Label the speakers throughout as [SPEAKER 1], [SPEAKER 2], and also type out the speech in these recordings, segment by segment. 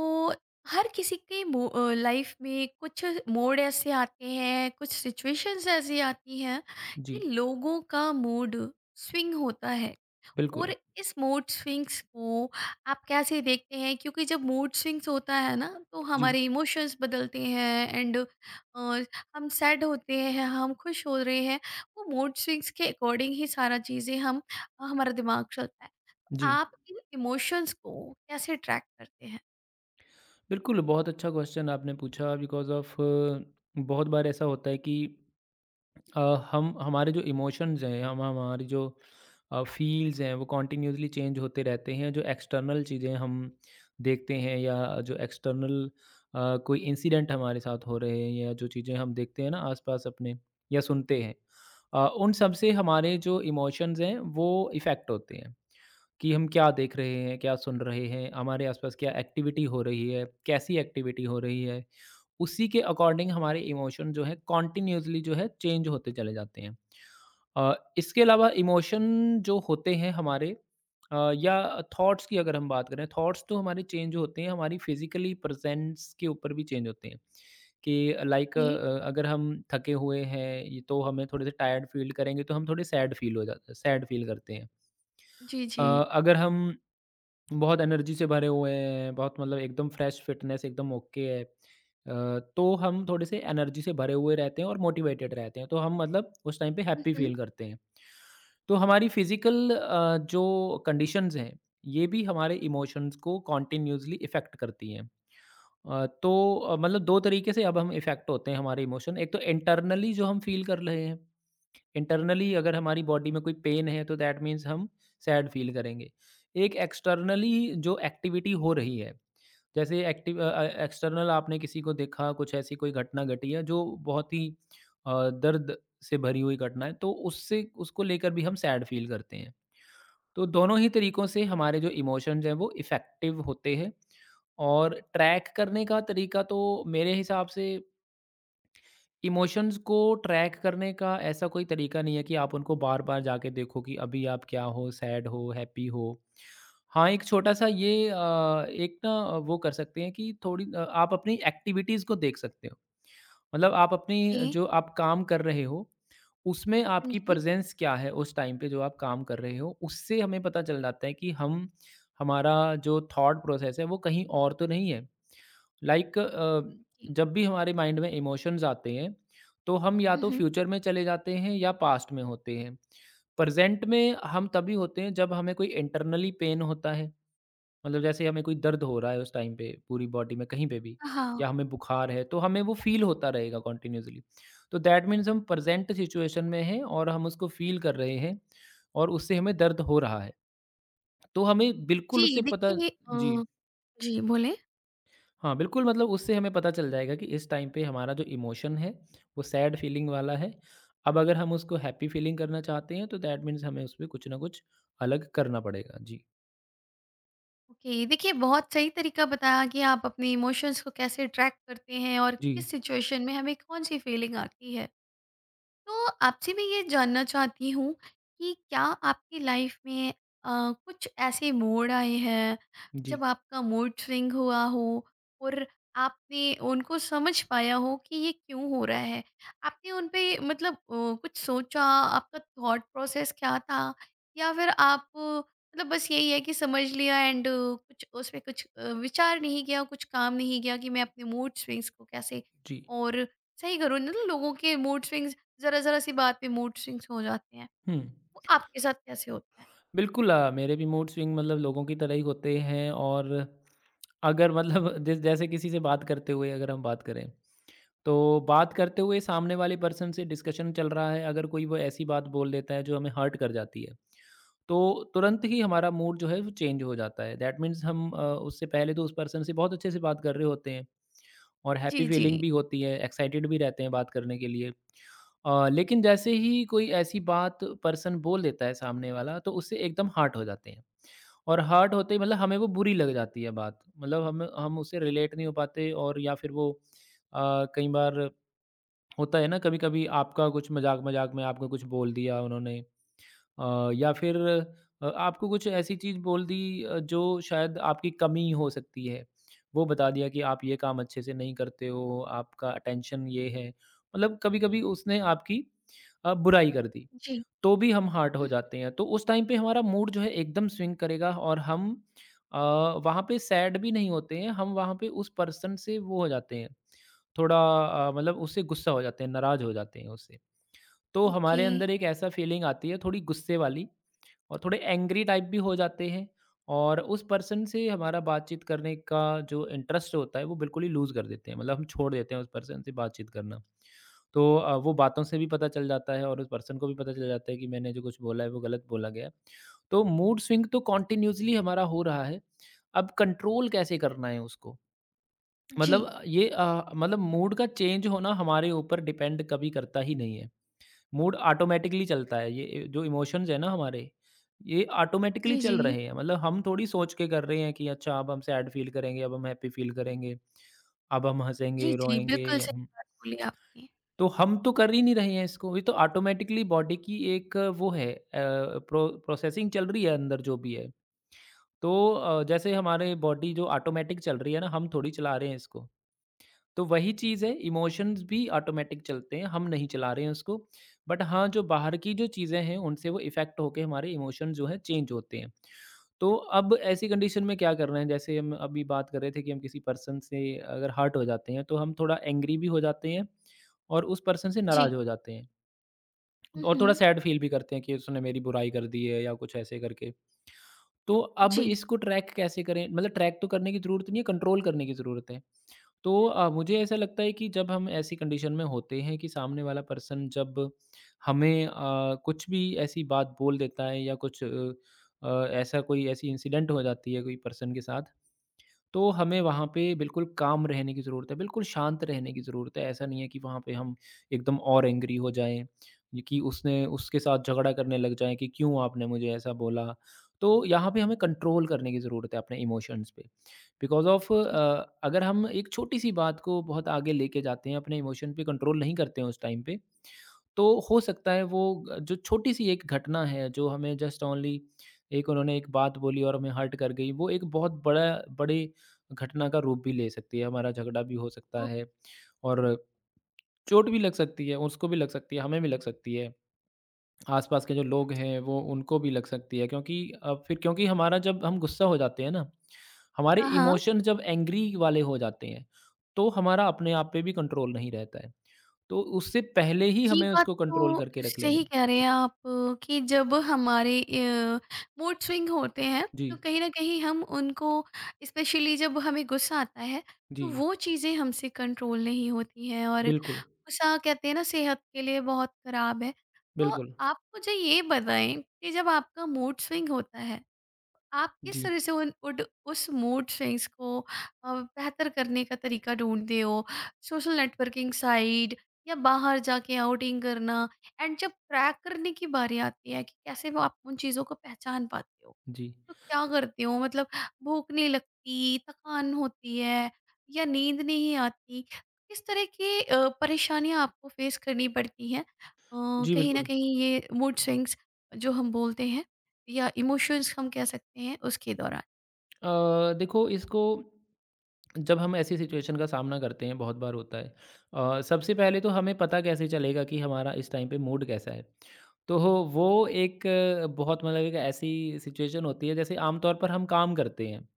[SPEAKER 1] तो हर किसी के लाइफ में कुछ मोड ऐसे आते हैं, कुछ सिचुएशंस ऐसी आती हैं कि
[SPEAKER 2] जी,
[SPEAKER 1] लोगों का मूड स्विंग होता है।
[SPEAKER 2] बिल्कुल।
[SPEAKER 1] और इस मूड स्विंग्स को आप कैसे देखते हैं? क्योंकि जब मूड स्विंग्स होता है ना, तो
[SPEAKER 2] जी,
[SPEAKER 1] हमारे इमोशंस बदलते हैं एंड हम सैड होते हैं, हम खुश हो रहे हैं। वो मूड स्विंग्स के अकॉर्डिंग ही सारा चीज़ें हम हमारा दिमाग चलता है।
[SPEAKER 2] जी।
[SPEAKER 1] आप इन इमोशंस को कैसे ट्रैक करते
[SPEAKER 2] बिल्कुल, बहुत अच्छा क्वेश्चन आपने पूछा बिकॉज़ ऑफ़ बहुत बार ऐसा होता है कि अ, हम हमारे जो इमोशंस हैं, हम हमारी जो फ़ील्स हैं, वो कंटिन्यूअसली चेंज होते रहते हैं। जो एक्सटर्नल चीज़ें हम देखते हैं या जो एक्सटर्नल कोई इंसिडेंट हमारे साथ हो रहे हैं या जो चीज़ें हम देखते हैं ना आस-पास अपने या सुनते हैं, उन सब से हमारे जो इमोशंस हैं, वो इफ़ेक्ट होते हैं। कि हम क्या देख रहे हैं, क्या सुन रहे हैं, हमारे आसपास क्या एक्टिविटी हो रही है, कैसी एक्टिविटी हो रही है। उसी के अकॉर्डिंग हमारे इमोशन जो है कंटिन्यूअसली जो है चेंज होते चले जाते हैं। इसके अलावा इमोशन जो होते हैं हमारे अ, या थॉट्स की अगर हम बात करें, थॉट्स तो हमारे चेंज होते हैं, हमारी फिज़िकली प्रेज़ेंस के ऊपर भी चेंज होते हैं कि लाइक
[SPEAKER 1] हैं?
[SPEAKER 2] अगर हम थके हुए हैं ये तो हमें थोड़े से टायर्ड फ़ील करेंगे, तो हम थोड़े सैड फ़ील हो जाते हैं, सैड फ़ील करते हैं।
[SPEAKER 1] जी,
[SPEAKER 2] अ,
[SPEAKER 1] जी।
[SPEAKER 2] अगर हम बहुत एनर्जी से भरे हुए हैं, बहुत मतलब एकदम फ्रेश फिटनेस एकदम ओके है। तो हम थोड़े-से एनर्जी से भरे हुए रहते हैं और मोटिवेटेड रहते हैं, तो हम मतलब उस टाइम पे
[SPEAKER 1] हुँ,
[SPEAKER 2] हैप्पी
[SPEAKER 1] हुँ।
[SPEAKER 2] फ़ील करते हैं। तो हमारी फिज़िकल जो कंडीशंस हैं, ये भी हमारे इमोशंस को कंटीन्यूअसली इफ़ेक्ट करती हैं। तो मतलब 2 तरीके से अब हम इफ़ेक्ट होते हैं हमारे इमोशन। एक तो इंटरनली जो हम फ़ील कर रहे हैं। इंटरनली अगर हमारी बॉडी में कोई पेन है तो दैट मीन्स हम सैड फील करेंगे। एक एक्सटर्नली जो एक्टिविटी हो रही है, जैसे एक्टिव एक्सटर्नल आपने किसी को देखा, कुछ ऐसी कोई घटना घटी है जो बहुत ही दर्द से भरी हुई घटना है, तो उससे उसको लेकर भी हम सैड फील करते हैं। तो दोनों ही तरीकों से हमारे जो इमोशंस हैं वो इफ़ेक्टिव होते हैं। और ट्रैक करने का तरीका तो मेरे हिसाब से इमोशंस को ट्रैक करने का ऐसा कोई तरीका नहीं है कि आप उनको बार बार जाके देखो कि अभी आप क्या हो, सैड हो, हैप्पी हो। हाँ, एक छोटा सा ये एक ना वो कर सकते हैं कि थोड़ी आप अपनी एक्टिविटीज़ को देख सकते हो। मतलब आप अपनी
[SPEAKER 1] ए
[SPEAKER 2] जो आप काम कर रहे हो उसमें
[SPEAKER 1] हाँ
[SPEAKER 2] आपकी
[SPEAKER 1] जी।
[SPEAKER 2] प्रेजेंस क्या है उस टाइम पे जो आप काम कर रहे हो, उससे हमें पता चल जाता है कि हम हमारा जो थॉट प्रोसेस है वो कहीं और तो नहीं है। लाइक
[SPEAKER 1] जी।
[SPEAKER 2] जब भी हमारे माइंड में इमोशंस आते हैं तो हम या
[SPEAKER 1] हुँ,
[SPEAKER 2] तो
[SPEAKER 1] हुँ।
[SPEAKER 2] फ्यूचर में चले जाते हैं या पास्ट में होते हैं। प्रेजेंट में हम तभी होते हैं जब हमें कोई इंटरनली पेन होता है, मतलब जैसे हमें कोई दर्द हो रहा है उस टाइम पे पूरी बॉडी में कहीं पे भी,
[SPEAKER 1] हाँ,
[SPEAKER 2] या हमें बुखार है तो हमें वो फील होता रहेगा कॉन्टिन्यूसली। तो दैट मीन्स हम प्रेजेंट सिचुएशन में हैं और हम उसको फील कर रहे हैं और उससे हमें दर्द हो रहा है, तो हमें बिल्कुल
[SPEAKER 1] जी।
[SPEAKER 2] उससे पता।
[SPEAKER 1] देखिए
[SPEAKER 2] जी।
[SPEAKER 1] जी बोलें?
[SPEAKER 2] हाँ, बिल्कुल, मतलब उससे हमें पता चल जाएगा कि इस टाइम पे हमारा जो इमोशन है, वो सैड फीलिंग वाला है। अब अगर हम उसको हैप्पी फीलिंग करना चाहते हैं तो दैट मीन्स हमें उसमें कुछ ना कुछ अलग करना पड़ेगा। जी,
[SPEAKER 1] ओके, देखिए बहुत सही तरीका बताया कि आप अपने इमोशंस को कैसे ट्रैक करते हैं और किस
[SPEAKER 2] जी,
[SPEAKER 1] सिचुएशन में हमें कौन-सी फीलिंग आती है। तो आपसे मैं ये जानना चाहती हूँ कि क्या आपकी लाइफ में कुछ ऐसे मोड़ आए हैं
[SPEAKER 2] जी,
[SPEAKER 1] जब आपका मूड स्विंग हुआ हो और आपने उनको समझ पाया हो कि ये क्यों हो रहा है। आपने उन पे मतलब कुछ सोचा, आपका थॉट प्रोसेस क्या था? या फिर आप मतलब बस यही है कि समझ लिया एंड कुछ उस पे कुछ विचार नहीं किया, कुछ काम नहीं किया कि मैं अपने मूड स्विंग्स को कैसे
[SPEAKER 2] जी।
[SPEAKER 1] और सही करूँ? ना लोगों के मूड स्विंग्स ज़रा-ज़रा सी बात पे मूड स्विंग्स हो जाते हैं।
[SPEAKER 2] हुँ,
[SPEAKER 1] वो आपके साथ कैसे होता है?
[SPEAKER 2] बिल्कुल मेरे भी मूड स्विंग मतलब लोगों की तरह ही होते हैं। और अगर मतलब जिस जैसे किसी से बात करते हुए अगर हम बात करें, तो बात करते हुए सामने वाले पर्सन से डिस्कशन चल रहा है, अगर कोई वो ऐसी बात बोल देता है जो हमें हर्ट कर जाती है। तो तुरंत ही हमारा मूड जो है वो चेंज हो जाता है। दैट मीन्स हम उससे पहले तो उस पर्सन से बहुत अच्छे से बात कर रहे होते हैं और
[SPEAKER 1] जी,
[SPEAKER 2] हैप्पी
[SPEAKER 1] जी।
[SPEAKER 2] फीलिंग भी होती है, एक्साइटेड भी रहते हैं बात करने के लिए। लेकिन जैसे ही कोई ऐसी बात पर्सन बोल देता है सामने वाला, तो उससे एकदम हर्ट हो जाते हैं। और हर्ट होते ही मतलब हमें वो बुरी लग जाती है बात। मतलब हम उससे रिलेट नहीं हो पाते, और या फिर वो अ, कई बार होता है ना कभी-कभी आपका कुछ मज़ाक-मज़ाक में आपको कुछ बोल दिया उन्होंने या फिर आपको कुछ ऐसी चीज़ बोल दी जो शायद आपकी कमी हो सकती है। वो बता दिया कि आप ये काम अच्छे से नहीं करते हो, आपका अटेंशन ये है। मतलब कभी-कभी उसने आपकी बुराई कर दी,
[SPEAKER 1] जी।
[SPEAKER 2] तो भी हम हर्ट हो
[SPEAKER 1] उम,
[SPEAKER 2] जाते हैं। तो उस टाइम पे हमारा मूड जो है एकदम स्विंग करेगा, और हम अ, वहाँ पे सैड भी नहीं होते हैं, हम वहाँ पे उस पर्सन से वो हो जाते हैं, थोड़ा मतलब उससे गुस्सा हो जाते हैं, नाराज़ हो जाते हैं उससे। तो
[SPEAKER 1] ओके।
[SPEAKER 2] हमारे अंदर एक ऐसा फीलिंग आती है थोड़ी गुस्से वाली, और थोड़े एंग्री टाइप भी हो जाते हैं। और उस पर्सन से हमारा बातचीत करने का जो इंटरेस्ट होता है वो बिल्कुल ही लूज़ कर देते हैं, मतलब हम छोड़ देते हैं उस पर्सन से बातचीत करना। तो वो बातों से भी पता चल जाता है और उस पर्सन को भी पता चल जाता है कि मैंने जो कुछ बोला है वो गलत बोला गया है। तो मूड स्विंग तो कॉन्टिन्यूसली हमारा हो रहा है, अब कंट्रोल कैसे करना है उसको?
[SPEAKER 1] जी।
[SPEAKER 2] मतलब ये मतलब मूड का चेंज होना हमारे ऊपर डिपेंड कभी करता ही नहीं है। मूड ऑटोमेटिकली चलता है, ये जो इमोशंस हैं ना हमारे, ये ऑटोमेटिकली
[SPEAKER 1] जी,
[SPEAKER 2] चल
[SPEAKER 1] जी।
[SPEAKER 2] रहे हैं। मतलब हम थोड़ी सोच के कर रहे हैं कि अच्छा, अब हम सैड फ़ील करेंगे, अब हम हैप्पी फ़ील करेंगे, अब हम
[SPEAKER 1] जी,
[SPEAKER 2] हँसेंगे,
[SPEAKER 1] जी,
[SPEAKER 2] रोएँगे,
[SPEAKER 1] बिल्कुल
[SPEAKER 2] या
[SPEAKER 1] सही
[SPEAKER 2] हम,
[SPEAKER 1] बात बोली आपने।
[SPEAKER 2] तो हम तो कर ही नहीं रहे हैं इसको। ये तो ऑटोमेटिकली बॉडी की एक वो है, प्रोसेसिंग चल रही है अंदर जो भी है। तो जैसे हमारे बॉडी जो ऑटोमेटिक चल रही है ना, हम थोड़ी चला रहे हैं इसको। तो वही चीज़ है, इमोशंस भी ऑटोमैटिक चलते हैं, हम नहीं चला रहे हैं उसको। बट हाँ, जो बाहर की जो चीज़ें हैं, उनसे वो इफ़ेक्ट होके हमारे इमोशन जो हैं चेंज होते हैं। तो अब ऐसी कंडीशन में क्या करना है, जैसे हम अभी बात कर रहे थे कि हम किसी पर्सन से अगर हर्ट हो जाते हैं, तो हम थोड़ा एंग्री भी हो जाते हैं और उस पर्सन से
[SPEAKER 1] जी।
[SPEAKER 2] नाराज़ हो जाते हैं
[SPEAKER 1] हुँ,
[SPEAKER 2] और थोड़ा
[SPEAKER 1] हुँ।
[SPEAKER 2] सैड फील भी करते हैं कि उसने मेरी बुराई कर दी है या कुछ ऐसे करके। तो अब
[SPEAKER 1] जी,
[SPEAKER 2] इसको ट्रैक कैसे करें? मतलब ट्रैक तो करने की ज़रूरत नहीं है, कंट्रोल करने की ज़रूरत है। तो मुझे ऐसा लगता है कि जब हम ऐसी कंडीशन में होते हैं कि सामने वाला पर्सन जब हमें कुछ भी ऐसी बात बोल देता है या कुछ ऐसा, कोई ऐसी इंसिडेंट हो जाती है कोई पर्सन के साथ, तो हमें वहाँ पे बिल्कुल काम रहने की ज़रूरत है, बिल्कुल शांत रहने की ज़रूरत है। ऐसा नहीं है कि वहाँ पे हम एकदम और एंग्री हो जाएं, ये कि उसने उसके साथ झगड़ा करने लग जाएं कि क्यों आपने मुझे ऐसा बोला। तो यहाँ पे हमें कंट्रोल करने की ज़रूरत है अपने इमोशंस पे, बिकॉज़ ऑफ़
[SPEAKER 1] जी।
[SPEAKER 2] अगर हम एक छोटी-सी बात को बहुत आगे लेके जाते हैं, अपने इमोशन पे कंट्रोल नहीं करते हैं उस टाइम पे, तो हो सकता है वो जो छोटी-सी एक घटना है, जो हमें जस्ट ओनली एक, उन्होंने एक बात बोली और हमें हर्ट कर गई, वो एक बहुत बड़ा बड़ी घटना का रूप भी ले सकती है। हमारा झगड़ा भी हो सकता
[SPEAKER 1] ओ
[SPEAKER 2] है और चोट भी लग सकती है, उसको भी लग सकती है, हमें भी लग सकती है। आसपास के जो लोग हैं वो उनको भी लग सकती है, क्योंकि फिर क्योंकि हमारा जब हम गुस्सा हो जाते हैं ना, हमारे
[SPEAKER 1] हाँ, हाँ।
[SPEAKER 2] इमोशन जब एंग्री वाले हो जाते हैं, तो हमारा अपने आप पे भी कंट्रोल नहीं रहता है। तो उससे पहले ही
[SPEAKER 1] ये
[SPEAKER 2] हमें
[SPEAKER 1] बात
[SPEAKER 2] उसको कंट्रोल
[SPEAKER 1] तो
[SPEAKER 2] करके रख
[SPEAKER 1] सही
[SPEAKER 2] लेना है।
[SPEAKER 1] कह रहे
[SPEAKER 2] जी,
[SPEAKER 1] हैं आप कि जब हमारे मूड स्विंग होते हैं, तो
[SPEAKER 2] जी,
[SPEAKER 1] कहीं न कहीं हम उनको स्पेशली जब हमें गुस्सा आता है, तो
[SPEAKER 2] जी,
[SPEAKER 1] वो चीज़ें हमसे कंट्रोल नहीं होती हैं। और
[SPEAKER 2] बिल्कुल,
[SPEAKER 1] सा कहते हैं ना सेहत के लिए बहुत खराब है। तो
[SPEAKER 2] बिल्कुल।
[SPEAKER 1] आप मुझे ये बताएँ कि जब आपका मूड स्विंग होता है, आप किस
[SPEAKER 2] जी,
[SPEAKER 1] तरह से उन उड उस मूड स्विंग्स को बेहतर करने का तरीका ढूँढते हो? सोशल नेटवर्किंग साइट या बाहर जाके आउटिंग करना? एंड जब ट्रैक करने की बारी आती है कि कैसे वो आप उन चीज़ों को पहचान पाते हो?
[SPEAKER 2] जी।
[SPEAKER 1] तो क्या करती हूँ मतलब भूख नहीं लगती, थकान होती है या नींद नहीं आती। किस तरह की परेशानियाँ आपको फ़ेस करनी पड़ती हैं?
[SPEAKER 2] जी,
[SPEAKER 1] कहीं न
[SPEAKER 2] बिल्कुल।
[SPEAKER 1] कहीं ये मूड स्विंग्स जो हम बोलते हैं या इमोशंस हम कह सकते हैं उसके दौरान?
[SPEAKER 2] देखो इसको, जब हम ऐसी सिचुएशन का सामना करते हैं बहुत बार होता है सबसे पहले तो हमें पता कैसे चलेगा कि हमारा इस टाइम पे मूड कैसा है। तो हो वो एक बहुत मतलब एक ऐसी सिचुएशन होती है जैसे आमतौर पर हम काम करते हैं,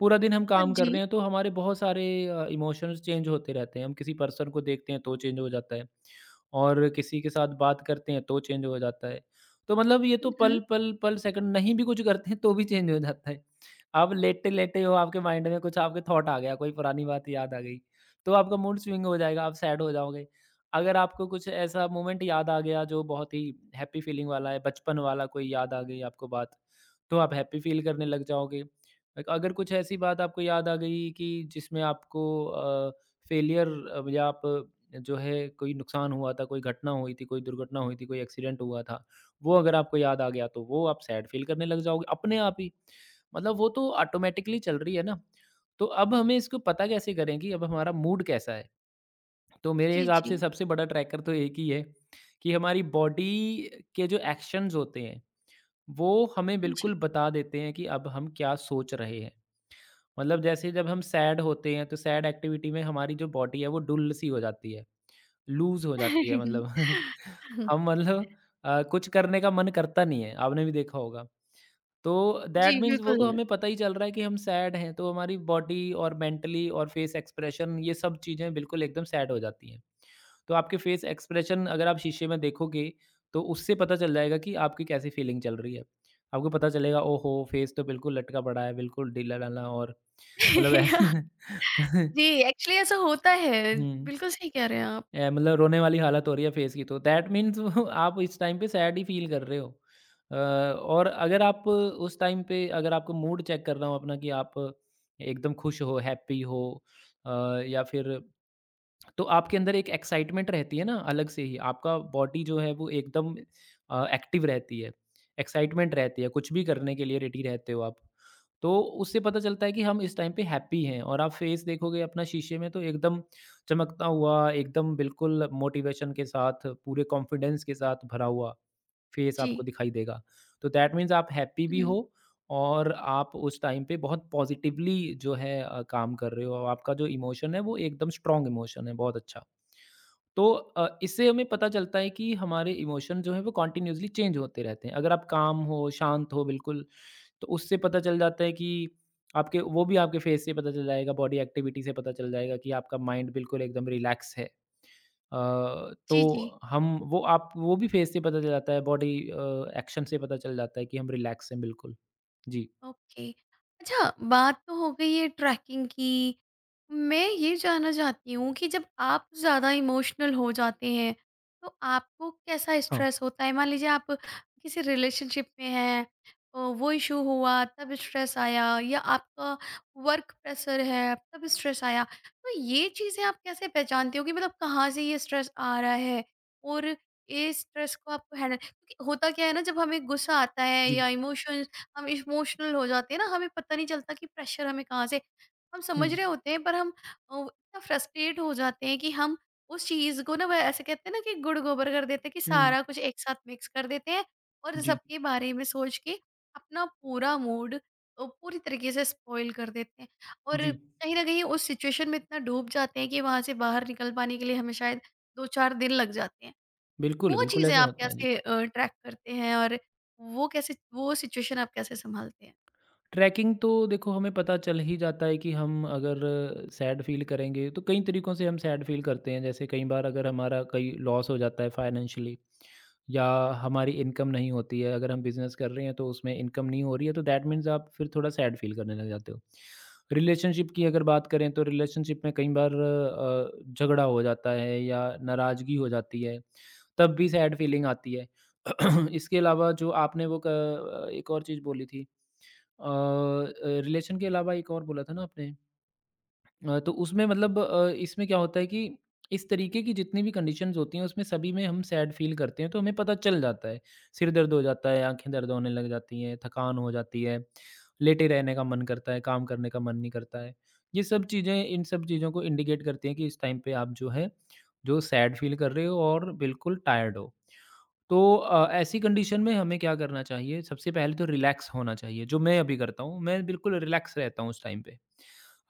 [SPEAKER 2] पूरा दिन हम
[SPEAKER 1] हाँ
[SPEAKER 2] काम कर
[SPEAKER 1] जी।
[SPEAKER 2] रहे हैं, तो हमारे बहुत सारे इमोशंस चेंज होते रहते हैं। हम किसी पर्सन को देखते हैं तो चेंज हो जाता है, और किसी के साथ बात करते हैं तो चेंज हो जाता है। तो मतलब ये
[SPEAKER 1] हुँ,
[SPEAKER 2] तो
[SPEAKER 1] हुँ।
[SPEAKER 2] पल-पल, पल पल, सेकंड नहीं भी कुछ करते हैं तो भी चेंज हो जाता है। आप लेटे-लेटे हो, आपके माइंड में कुछ आपके थॉट आ गया, कोई पुरानी बात याद आ गई, तो आपका मूड स्विंग हो जाएगा, आप सैड हो जाओगे। अगर आपको कुछ ऐसा मोमेंट याद आ गया जो बहुत ही हैप्पी फीलिंग वाला है, बचपन वाला कोई याद आ गई आपको बात, तो आप हैप्पी फील करने लग जाओगे। अग अगर कुछ ऐसी बात आपको याद आ गई कि जिसमें आपको फेलियर, या आप जो है कोई नुकसान हुआ था, कोई घटना हुई थी, कोई दुर्घटना हुई थी, कोई एक्सीडेंट हुआ था, वो अगर आपको याद आ गया तो वो आप सैड फ़ील करने लग जाओगे अपने आप ही। मतलब वो तो ऑटोमैटिकली चल रही है ना। तो अब हमें इसको पता कैसे करें कि अब हमारा मूड कैसा है? तो मेरे
[SPEAKER 1] जी,
[SPEAKER 2] हिसाब से
[SPEAKER 1] जी।
[SPEAKER 2] सबसे बड़ा ट्रैकर तो एक ही है कि हमारी बॉडी के जो एक्शंस होते हैं, वो हमें
[SPEAKER 1] हाँ जी।
[SPEAKER 2] बिल्कुल बता देते हैं कि अब हम क्या सोच रहे हैं। मतलब जैसे जब हम सैड होते हैं, तो सैड एक्टिविटी में हमारी जो बॉडी है, वो डुल-सी हो जाती है, लूज़ हो जाती है मतलब। हम मतलब, कुछ करने का मन करता नहीं है, आपने भी देखा होगा। तो
[SPEAKER 1] जी,
[SPEAKER 2] दैट मीन्स वो
[SPEAKER 1] बिल्कुल।
[SPEAKER 2] तो हमें पता ही चल रहा है कि हम सैड हैं, तो हमारी बॉडी और मेंटली और फेस एक्सप्रेशन, ये सब चीज़ें बिल्कुल एकदम सैड हो जाती हैं। तो आपके फेस एक्सप्रेशन अगर आप शीशे में देखोगे, तो उससे पता चल जाएगा कि आपकी कैसी फीलिंग चल रही है। आपको पता चलेगा, ओहो! फेस तो बिल्कुल लटका पड़ा है, बिल्कुल ढीला-ढाला और मतलब ऐसे।
[SPEAKER 1] जी, एक्चुअली ऐसा होता है।
[SPEAKER 2] हुँ,
[SPEAKER 1] बिल्कुल सही कह रहे हैं आप।
[SPEAKER 2] मतलब रोने वाली हालत हो रही है फेस की, तो दैट मीन्स आप इस टाइम पे सैड ही फ़ील कर रहे हो। और अगर आप उस टाइम पे अगर आपको मूड चेक करना हो अपना कि आप एकदम खुश हो, हैप्पी हो, अ, या फिर, तो आपके अंदर एक एक्साइटमेंट रहती है ना, अलग से ही आपका बॉडी जो है वो एकदम एक्टिव रहती है, एक्साइटमेंट रहती है, कुछ भी करने के लिए रेडी रहते हो आप। तो उससे पता चलता है कि हम इस टाइम पे हैप्पी हैं और आप फेस देखोगे अपना शीशे में तो एकदम चमकता हुआ, एकदम बिल्कुल मोटिवेशन के साथ, पूरे कॉन्फिडेंस के साथ भरा हुआ फेस
[SPEAKER 1] जी।
[SPEAKER 2] आपको दिखाई देगा। तो दैट मीन्स आप हैप्पी भी
[SPEAKER 1] हुँ।
[SPEAKER 2] हो और आप उस टाइम पे बहुत पॉज़िटिवली जो है काम कर रहे हो और आपका जो इमोशन है वो एकदम स्ट्रॉन्ग इमोशन है, बहुत अच्छा। तो इससे हमें पता चलता है कि हमारे इमोशन जो हैं वो कंटीन्यूअसली चेंज होते रहते हैं। अगर आप काम हो, शांत हो बिल्कुल, तो उससे पता चल जाता है कि आपके वो भी आपके फेस से पता चल जाएगा, बॉडी एक्टिविटी से पता चल जाएगा कि आपका माइंड बिल्कुल एकदम रिलैक्स है। अ, तो
[SPEAKER 1] जी, जी।
[SPEAKER 2] हम वो आप वो भी फेस से पता चल जाता है, बॉडी एक्शन से पता चल जाता है कि हम रिलैक्स हैं बिल्कुल। जी।
[SPEAKER 1] ओके। अच्छा, बात तो हो गई है ट्रैकिंग की। मैं ये जानना चाहती हूँ कि जब आप ज़्यादा इमोशनल हो जाते हैं, तो आपको कैसा
[SPEAKER 2] हाँ,
[SPEAKER 1] स्ट्रेस होता है? मान लीजिए आप किसी रिलेशनशिप में हैं, वो इश्यू हुआ तब स्ट्रेस आया या आपका वर्क प्रेशर है तब स्ट्रेस आया। तो ये चीज़ें आप कैसे पहचानते हो कि मतलब कहाँ से ये स्ट्रेस आ रहा है? और ये स्ट्रेस को आपको हैंडल, क्योंकि होता क्या है ना, जब हमें गुस्सा आता है
[SPEAKER 2] जी।
[SPEAKER 1] या इमोशंस हम इमोशनल हो जाते हैं ना, हमें पता नहीं चलता कि प्रेशर हमें कहाँ से। हम
[SPEAKER 2] हुँ,
[SPEAKER 1] समझ रहे होते हैं पर हम इतना फ्रस्ट्रेट हो जाते हैं कि हम उस चीज को ना वह ऐसे कहते हैं ना कि गुड़ गोबर कर देते हैं कि
[SPEAKER 2] हुँ,
[SPEAKER 1] सारा कुछ एक साथ मिक्स कर देते हैं और
[SPEAKER 2] जी,
[SPEAKER 1] सबके बारे में सोच के अपना पूरा मूड पूरी तरीके से स्पॉइल कर देते हैं। और
[SPEAKER 2] जी।
[SPEAKER 1] कहीं ना कहीं उस सिचुएशन में इतना डूब जाते हैं कि वहां से बाहर निकल पाने के लिए हमें शायद दो चार दिन लग जाते हैं।
[SPEAKER 2] बिल्कुल,
[SPEAKER 1] वो
[SPEAKER 2] बिल्कुल
[SPEAKER 1] चीज़ें
[SPEAKER 2] ऐसा
[SPEAKER 1] आप
[SPEAKER 2] होता है, जी।
[SPEAKER 1] कैसे ट्रैक करते हैं और वो सिचुएशन आप कैसे संभालते हैं?
[SPEAKER 2] ट्रैकिंग तो देखो, हमें पता चल ही जाता है कि हम अगर सैड फ़ील करेंगे तो कई तरीकों से हम सैड फ़ील करते हैं। जैसे कई बार अगर हमारा कहीं लॉस हो जाता है फ़ाइनेंशियली, या हमारी इनकम नहीं होती है, अगर हम बिज़नेस कर रहे हैं तो उसमें इनकम नहीं हो रही है, तो दैट मीन्स आप फिर थोड़ा सैड फ़ील करने लग जाते हो। रिलेशनशिप की अगर बात करें तो रिलेशनशिप में कई बार झगड़ा हो जाता है या नाराज़गी हो जाती है। तब भी सैड फ़ीलिंग आती है। इसके अलावा जो आपने वो एक और चीज़ बोली थी, रिलेशन के अलावा एक और बोला था ना आपने? तो इसमें क्या होता है कि इस तरीके की जितनी भी कंडीशंस होती हैं उसमें सभी में हम सैड फ़ील करते हैं, तो हमें पता चल जाता है। सिर दर्द हो जाता है, आँखें दर्द होने लग जाती हैं, थकान हो जाती है, लेटे रहने का मन करता है, काम करने का मन नहीं करता है। ये सब चीज़ें इन सब चीज़ों को इंडिकेट करती हैं कि इस टाइम पे आप जो है, जो सैड फ़ील कर रहे हो और बिल्कुल टायर्ड हो। तो ऐसी कंडीशन में हमें क्या करना चाहिए? सबसे पहले तो रिलैक्स होना चाहिए, जो मैं अभी करता हूँ। मैं बिल्कुल रिलैक्स रहता हूँ उस टाइम पे।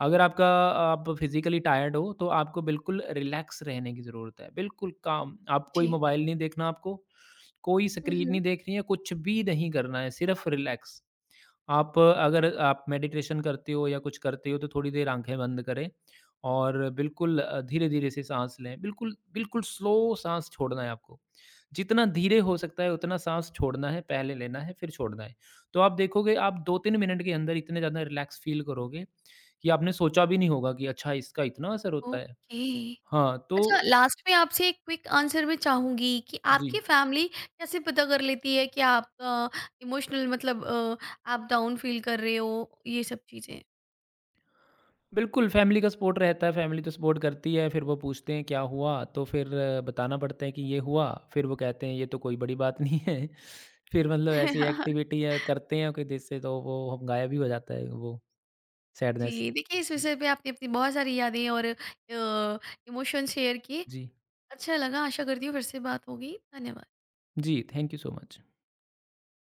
[SPEAKER 2] अगर आपका आप फिज़िकली टायर्ड हो, तो आपको बिल्कुल रिलैक्स रहने की ज़रूरत है, बिल्कुल काम। आप
[SPEAKER 1] जी।
[SPEAKER 2] कोई मोबाइल नहीं देखना आपको, कोई
[SPEAKER 1] हुँ,
[SPEAKER 2] स्क्रीन
[SPEAKER 1] हुँ।
[SPEAKER 2] नहीं देखनी है, कुछ भी नहीं करना है, सिर्फ़ रिलैक्स। आप अगर आप मेडिटेशन करते हो या कुछ करते हो तो थोड़ी देर आँखें बंद करें और बिल्कुल धीरे-धीरे से साँस लें। बिल्कुल, बिल्कुल स्लो साँस छोड़ना है आपको। जितना धीरे हो सकता है उतना साँस छोड़ना है, पहले लेना है फिर छोड़ना है। तो आप देखोगे, आप 2-3 मिनट के अंदर इतने ज़्यादा रिलैक्स फ़ील करोगे कि आपने सोचा भी नहीं होगा कि अच्छा, इसका इतना असर होता है।
[SPEAKER 1] ओके।
[SPEAKER 2] हाँ,
[SPEAKER 1] अच्छा,
[SPEAKER 2] तो
[SPEAKER 1] लास्ट में आपसे एक क्विक आंसर मैं चाहूँगी कि
[SPEAKER 2] जी।
[SPEAKER 1] आपकी फैमिली कैसे पता कर लेती है कि आप इमोशनल मतलब आप डाउन फ़ील कर रहे हो, ये सब चीज़ें?
[SPEAKER 2] बिल्कुल, फैमिली का सपोर्ट रहता है, फैमिली तो सपोर्ट करती है, फिर वो पूछते हैं क्या हुआ? तो फिर बताना पड़ता है कि ये हुआ, फिर वो कहते हैं ये तो कोई बड़ी बात नहीं है। फिर मतलब ऐसी एक्टिविटी है करते हैं कि जिससे तो वो गायब ही हो जाता है वो सैडनेस।
[SPEAKER 1] जी, देखिए इस
[SPEAKER 2] जी,
[SPEAKER 1] विषय पे आपने अपनी बहुत सारी यादें और इमोशन शेयर किए।
[SPEAKER 2] जी,
[SPEAKER 1] अच्छा लगा, आशा करती हूँ फिर से बात होगी। धन्यवाद।
[SPEAKER 2] जी, थैंक यू सो मच।